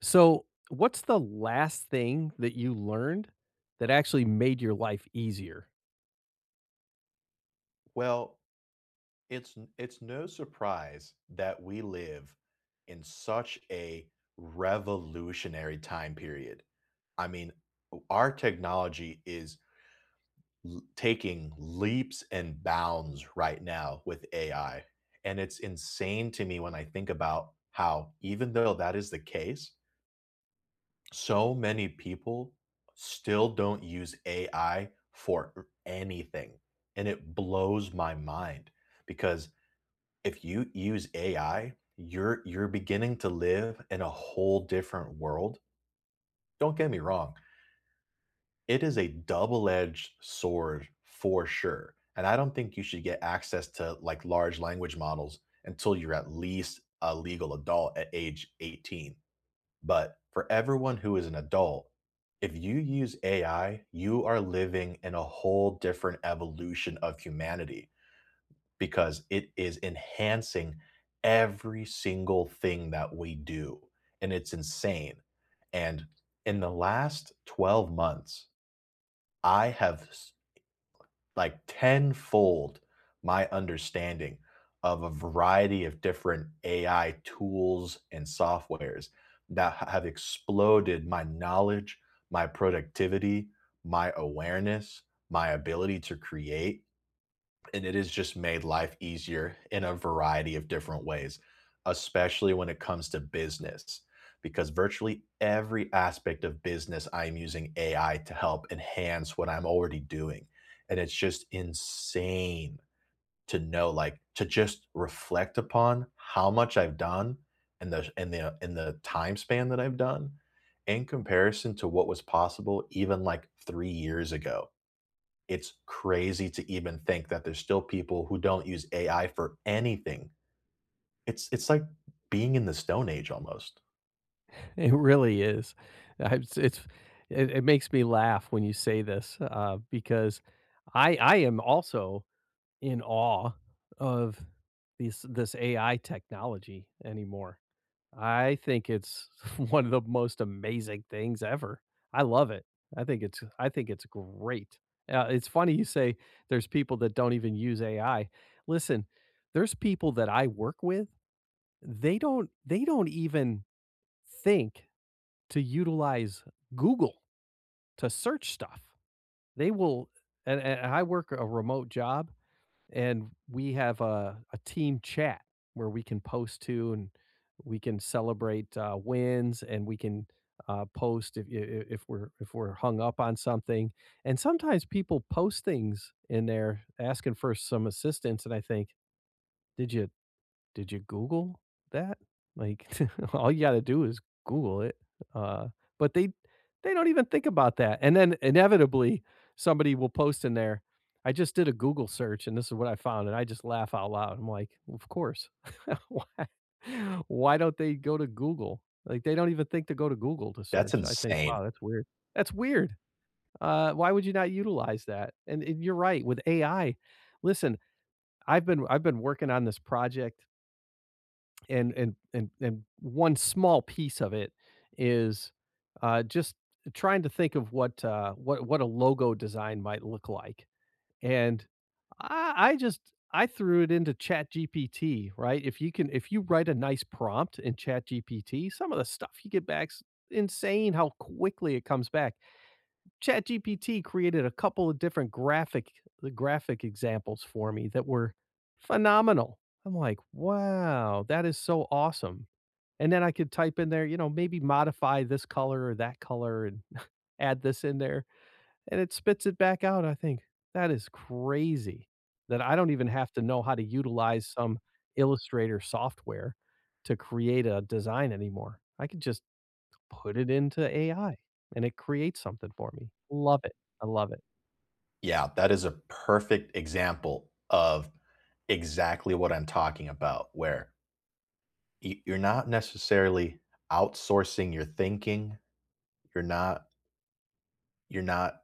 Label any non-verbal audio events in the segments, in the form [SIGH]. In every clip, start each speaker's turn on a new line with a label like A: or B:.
A: So, what's the last thing that you learned that actually made your life easier?
B: Well, it's no surprise that we live in such a revolutionary time period. I mean, our technology is taking leaps and bounds right now with AI. And it's insane to me when I think about how, even though that is the case, so many people still don't use AI for anything. And it blows my mind because if you use AI, you're beginning to live in a whole different world. Don't get me wrong, it is a double-edged sword for sure, and I don't think you should get access to, like, large language models until you're at least a legal adult at age 18, but for everyone who is an adult, if you use AI, you are living in a whole different evolution of humanity because it is enhancing every single thing that we do. And it's insane. And in the last 12 months, I have like tenfold my understanding of a variety of different AI tools and softwares that have exploded my knowledge, my productivity, my awareness, my ability to create, and it has just made life easier in a variety of different ways, especially when it comes to business, because virtually every aspect of business, I'm using AI to help enhance what I'm already doing. And it's just insane to know, like, to just reflect upon how much I've done and the time span that I've done in comparison to what was possible even like three years ago. It's crazy to even think that there's still people who don't use AI for anything. It's like being in the Stone Age almost.
A: [LAUGHS] It really is. I- It's, it's it makes me laugh when you say this because I am also in awe of this AI technology anymore. I think it's [LAUGHS] one of the most amazing things ever. I love it. I think it's great. It's funny you say there's people that don't even use AI. Listen, there's people that I work with, they don't even think to utilize Google to search stuff. They will. And I work a remote job and we have a team chat where we can post to, and we can celebrate wins, and we can post if we're hung up on something. And sometimes people post things in there asking for some assistance, and I think, did you Google that? Like, [LAUGHS] all you gotta do is Google it, uh, but they don't even think about that. And then inevitably, somebody will post in there, "I just did a Google search and this is what I found," and I just laugh out loud. I'm like, "Of course." [LAUGHS] Why why don't they go to Google? Like, they don't even think to go to Google to
B: That's
A: search. I think,
B: insane.
A: "Wow, that's weird." That's weird. Why would you not utilize that? And you're right, with AI, listen, I've been working on this project, and one small piece of it is just trying to think of what a logo design might look like. And I just I threw it into Chat GPT, right? If you can, if you write a nice prompt in Chat GPT, some of the stuff you get back's insane how quickly it comes back. Chat GPT created a couple of different graphic the graphic examples for me that were phenomenal. I'm like, wow, that is so awesome. And then I could type in there, you know, maybe modify this color or that color and add this in there, and it spits it back out. I think, "That is crazy that I don't even have to know how to utilize some Illustrator software to create a design anymore. I could just put it into AI, and it creates something for me." Love it. I love it.
B: Yeah, that is a perfect example of exactly what I'm talking about, where y you're not necessarily outsourcing your thinking. You're not you're not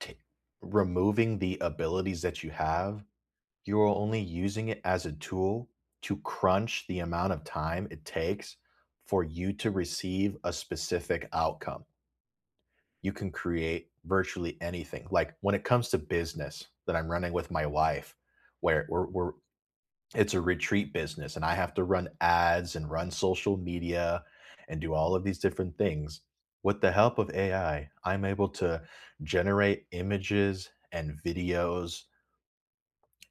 B: t removing the abilities that you have. You're only using it as a tool to crunch the amount of time it takes for you to receive a specific outcome. You can create virtually anything. Like when it comes to business that I'm running with my wife, where we're it's a retreat business and I have to run ads and run social media and do all of these different things. With the help of AI, I'm able to generate images and videos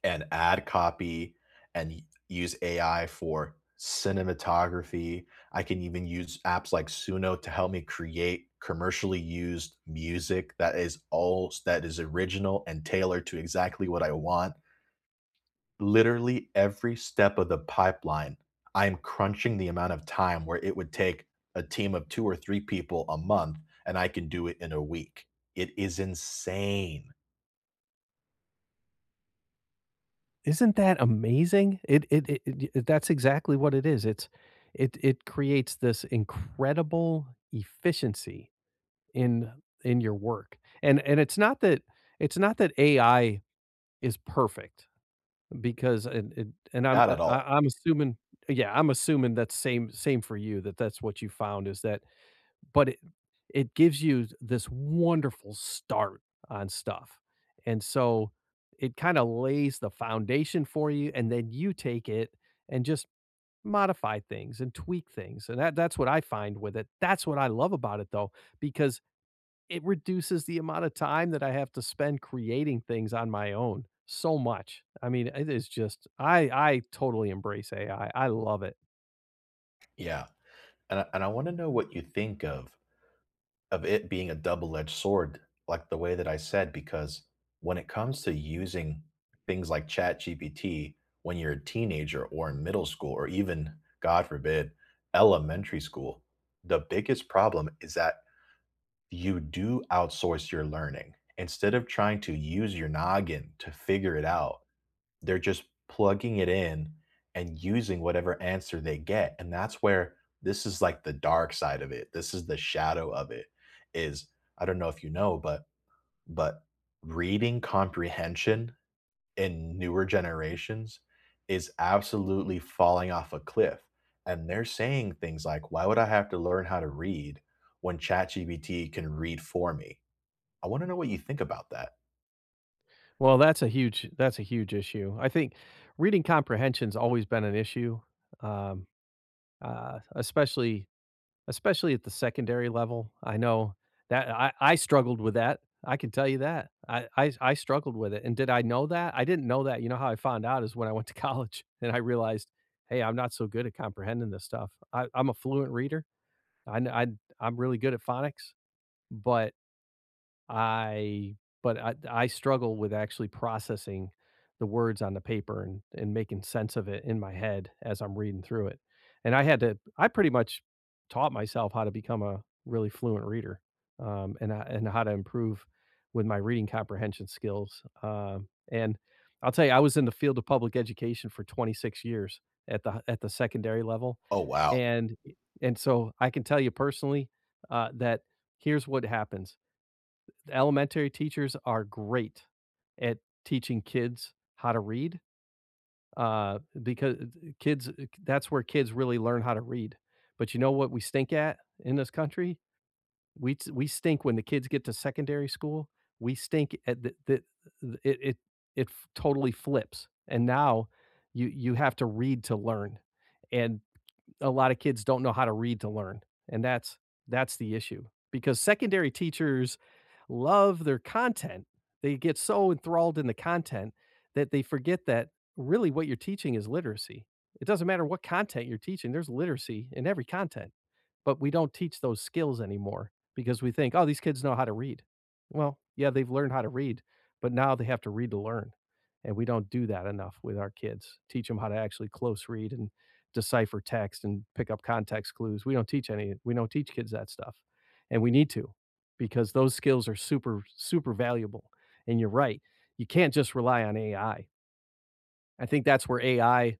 B: and ad copy and use AI for cinematography. I can even use apps like Suno to help me create commercially used music that is all that is original and tailored to exactly what I want. Literally every step of the pipeline, I'm crunching the amount of time where it would take a team of two or three people a month, and I can do it in a week. It is insane.
A: Isn't that amazing? It that's exactly what it is. It it creates this incredible efficiency in your work. And it's not that AI is perfect because and I'm
B: Not at all.
A: I'm assuming yeah, I'm assuming that's same for you, that that's what you found, is that but it gives you this wonderful start on stuff. And so it kinda lays the foundation for you, and then you take it and just modify things and tweak things. And that that's what I find with it. That's what I love about it though, because it reduces the amount of time that I have to spend creating things on my own so much. I mean, it is just I totally embrace AI. I love it.
B: Yeah. And I want to know what you think of it being a double-edged sword, like the way that I said, because when it comes to using things like ChatGPT when you're a teenager or in middle school or even, God forbid, elementary school, the biggest problem is that you do outsource your learning. Instead of trying to use your noggin to figure it out, they're just plugging it in and using whatever answer they get, and that's where this is, like, the dark side of it. This is the shadow of it, is I don't know if you know, but but reading comprehension in newer generations is absolutely falling off a cliff, and they're saying things like, "Why would I have to learn how to read when ChatGPT can read for me?" I wanna know what you think about that.
A: Well, that's a huge issue. I think reading comprehension's always been an issue, um, especially. Especially at the secondary level, I know that I struggled with that, I can tell you that. I struggled with it, and did I know that? I didn't know that. You know how I found out is when I went to college [LAUGHS] and I realized, "Hey, I'm not so good at comprehending this stuff." I'm a fluent reader, I kn I I'm really good at phonics, but I I struggle with actually processing the words on the paper and making sense of it in my head as I'm reading through it. And I had to I pretty much taught myself how to become a really fluent reader, and I and how to improve with my reading comprehension skills. And I'll tell you, I was in the field of public education for 26 years at the secondary level,
B: Oh, wow.
A: and so I can tell you personally that here's what happens. Elementary teachers are great at teaching kids how to read, because kids that's where kids really learn how to read. But you know what we stink at in this country? We stink when the kids get to secondary school, we stink at the it it it f totally flips, and now you have to read to learn, and a lot of kids don't know how to read to learn, and that's the issue, because secondary teachers love their content. They get so enthralled in the content that they forget that really what you're teaching is literacy. It doesn't matter what content you're teaching, there's literacy in every content. But we don't teach those skills anymore because we think, "Oh, these kids know how to read." Well, yeah, they've learned how to read, but now they have to read to learn, and we don't do that enough with our kids. Teach them how to actually close read and decipher text and pick up context clues. We don't teach kids that stuff, and we need to, because those skills are super, super valuable, and you're right, you can't just rely on AI. I think that's where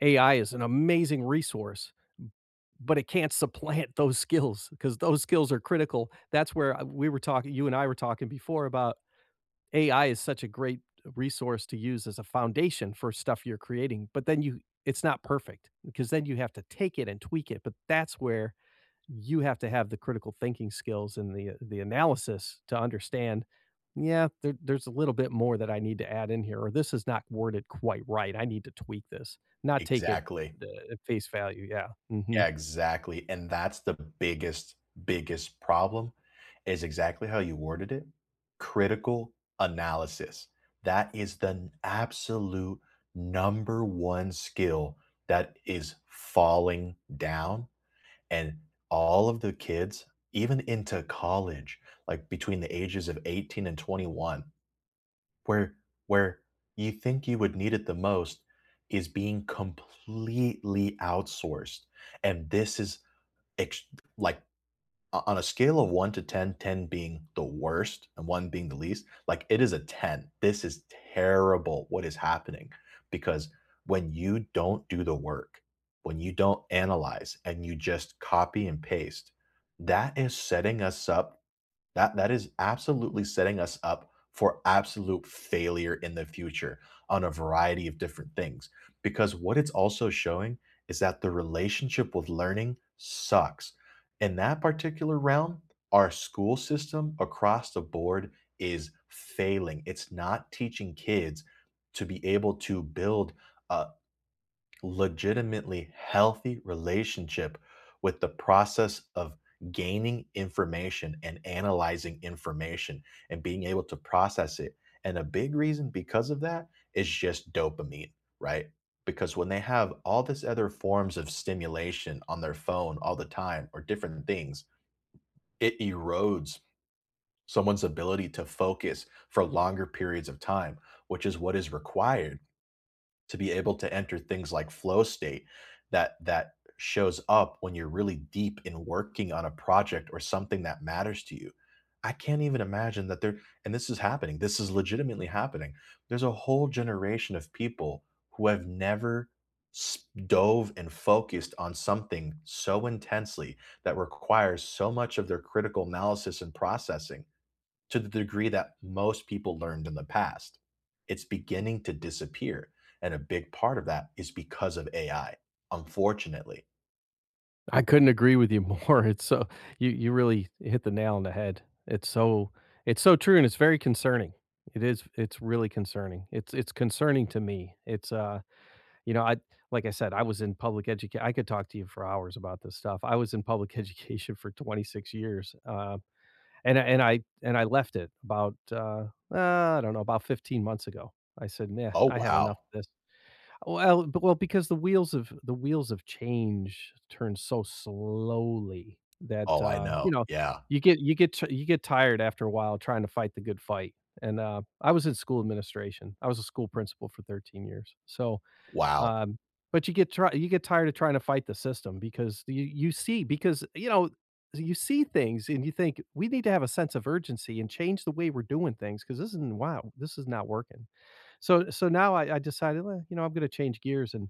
A: AI is an amazing resource, but it can't supplant [LAUGHS] those skills, because those skills are critical. That's where we were talking, you and I were talking before about AI is such a great resource to use as a foundation for stuff you're creating, but then you, it's not perfect, because then you have to take it and tweak it. But that's where you have to have the critical thinking skills and the analysis to understand. Yeah, there's a little bit more that I need to add in here, or this is not worded quite right. I need to tweak this, not take it
B: Exactly.
A: uh, at face value. Yeah.
B: Yeah, exactly, and that's the biggest, biggest problem is exactly how you worded it, critical analysis. That is the n absolute number 1 skill that is falling down, and all of the kids, even into college, like, between the ages of 18 and 21, where where you think you would need it the most is being completely outsourced, and this is ex- like on a scale of 1 to 10, 10 being the worst and 1 being the least, like it is a 10. This is terrible what is happening because when you don't do the work, when you don't analyze and you just copy and paste, that is setting us up, that is absolutely setting us up for absolute failure in the future on a variety of different things. Because what it's also showing is that the relationship with learning sucks. In that particular realm, our school system across the board is failing. It's not teaching kids to be able to build a legitimately healthy relationship with the process of gaining information and analyzing information and being able to process it. And a big reason because of that is just dopamine, right? Because when they have all this other forms of stimulation on their phone all the time or different things, it erodes someone's ability to focus for longer periods of time, which is what is required to be able to enter things like flow state that shows up when you're really deep in working on a project or something that matters to you. I can't even imagine that there, and this is happening. This is legitimately happening. There's a whole generation of people who have never dove and focused on something so intensely that requires so much of their critical analysis and processing to the degree that most people learned in the past. It's beginning to disappear. And a big part of that is because of AI, unfortunately.
A: I couldn't agree with you [LAUGHS] more. It's so you really hit the nail on the head. It's so true, and it's very concerning. It is, it's really concerning. It's concerning to me. It's you know, I like I said, I was in public education. I could talk to you for hours about this stuff. I was in public [LAUGHS] education for 26 years. And I left it about I don't know, about 15 months ago. I said, nah,
B: Oh,
A: I had enough
B: wow.
A: of this." Well, b well, because the wheels of change turn so slowly that,
B: Oh, I know.
A: you know,
B: Yeah.
A: you get tired after a while trying to fight the good fight, and, I was in school administration. I was a school principal for 13 years, so,
B: Wow.
A: um, but you get tired of trying to fight the system, because you see because, you know, you see things and you think, "We need to have a sense of urgency and change the way we're doing things, because this isn't wow, this is not working." So now I decided, well, you know, I'm gonna change gears, and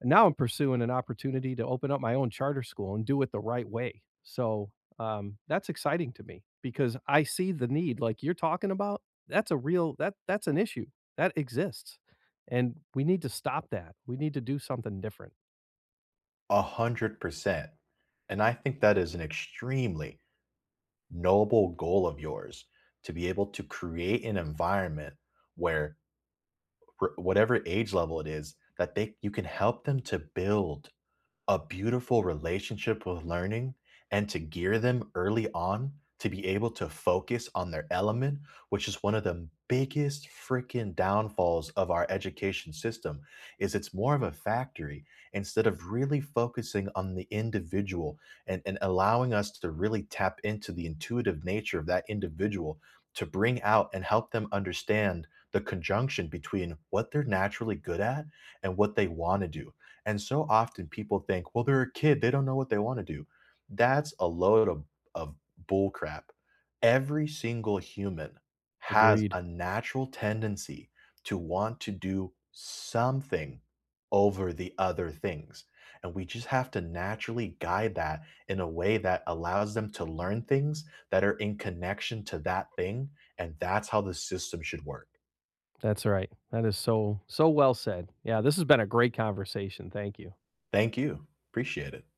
A: now I'm pursuing an opportunity to open up my own charter school and do it the right way. So, that's exciting to me because I see the need like you're talking about. That's a real that's an issue. That exists. And we need to stop that. We need to do something different.
B: 100%. And I think that is an extremely noble goal of yours to be able to create an environment where, whatever age level it is, that they you can help them to build a beautiful relationship with learning and to gear them early on to be able to focus on their element, which is one of the biggest freaking downfalls of our education system is it's more of a factory instead of really focusing on the individual and allowing us to really tap into the intuitive nature of that individual to bring out and help them understand the conjunction between what they're naturally good at and what they want to do, and so often people think, well, they're a kid. They don't know what they want to do. That's a load of bull crap. Every single human has
A: Agreed.
B: a natural tendency to want to do something over the other things. And we just have to naturally guide that in a way that allows them to learn things that are in connection to that thing. And that's how the system should work.
A: That's right. That is so well said. Yeah, this has been a great conversation. Thank you.
B: Thank you. Appreciate it.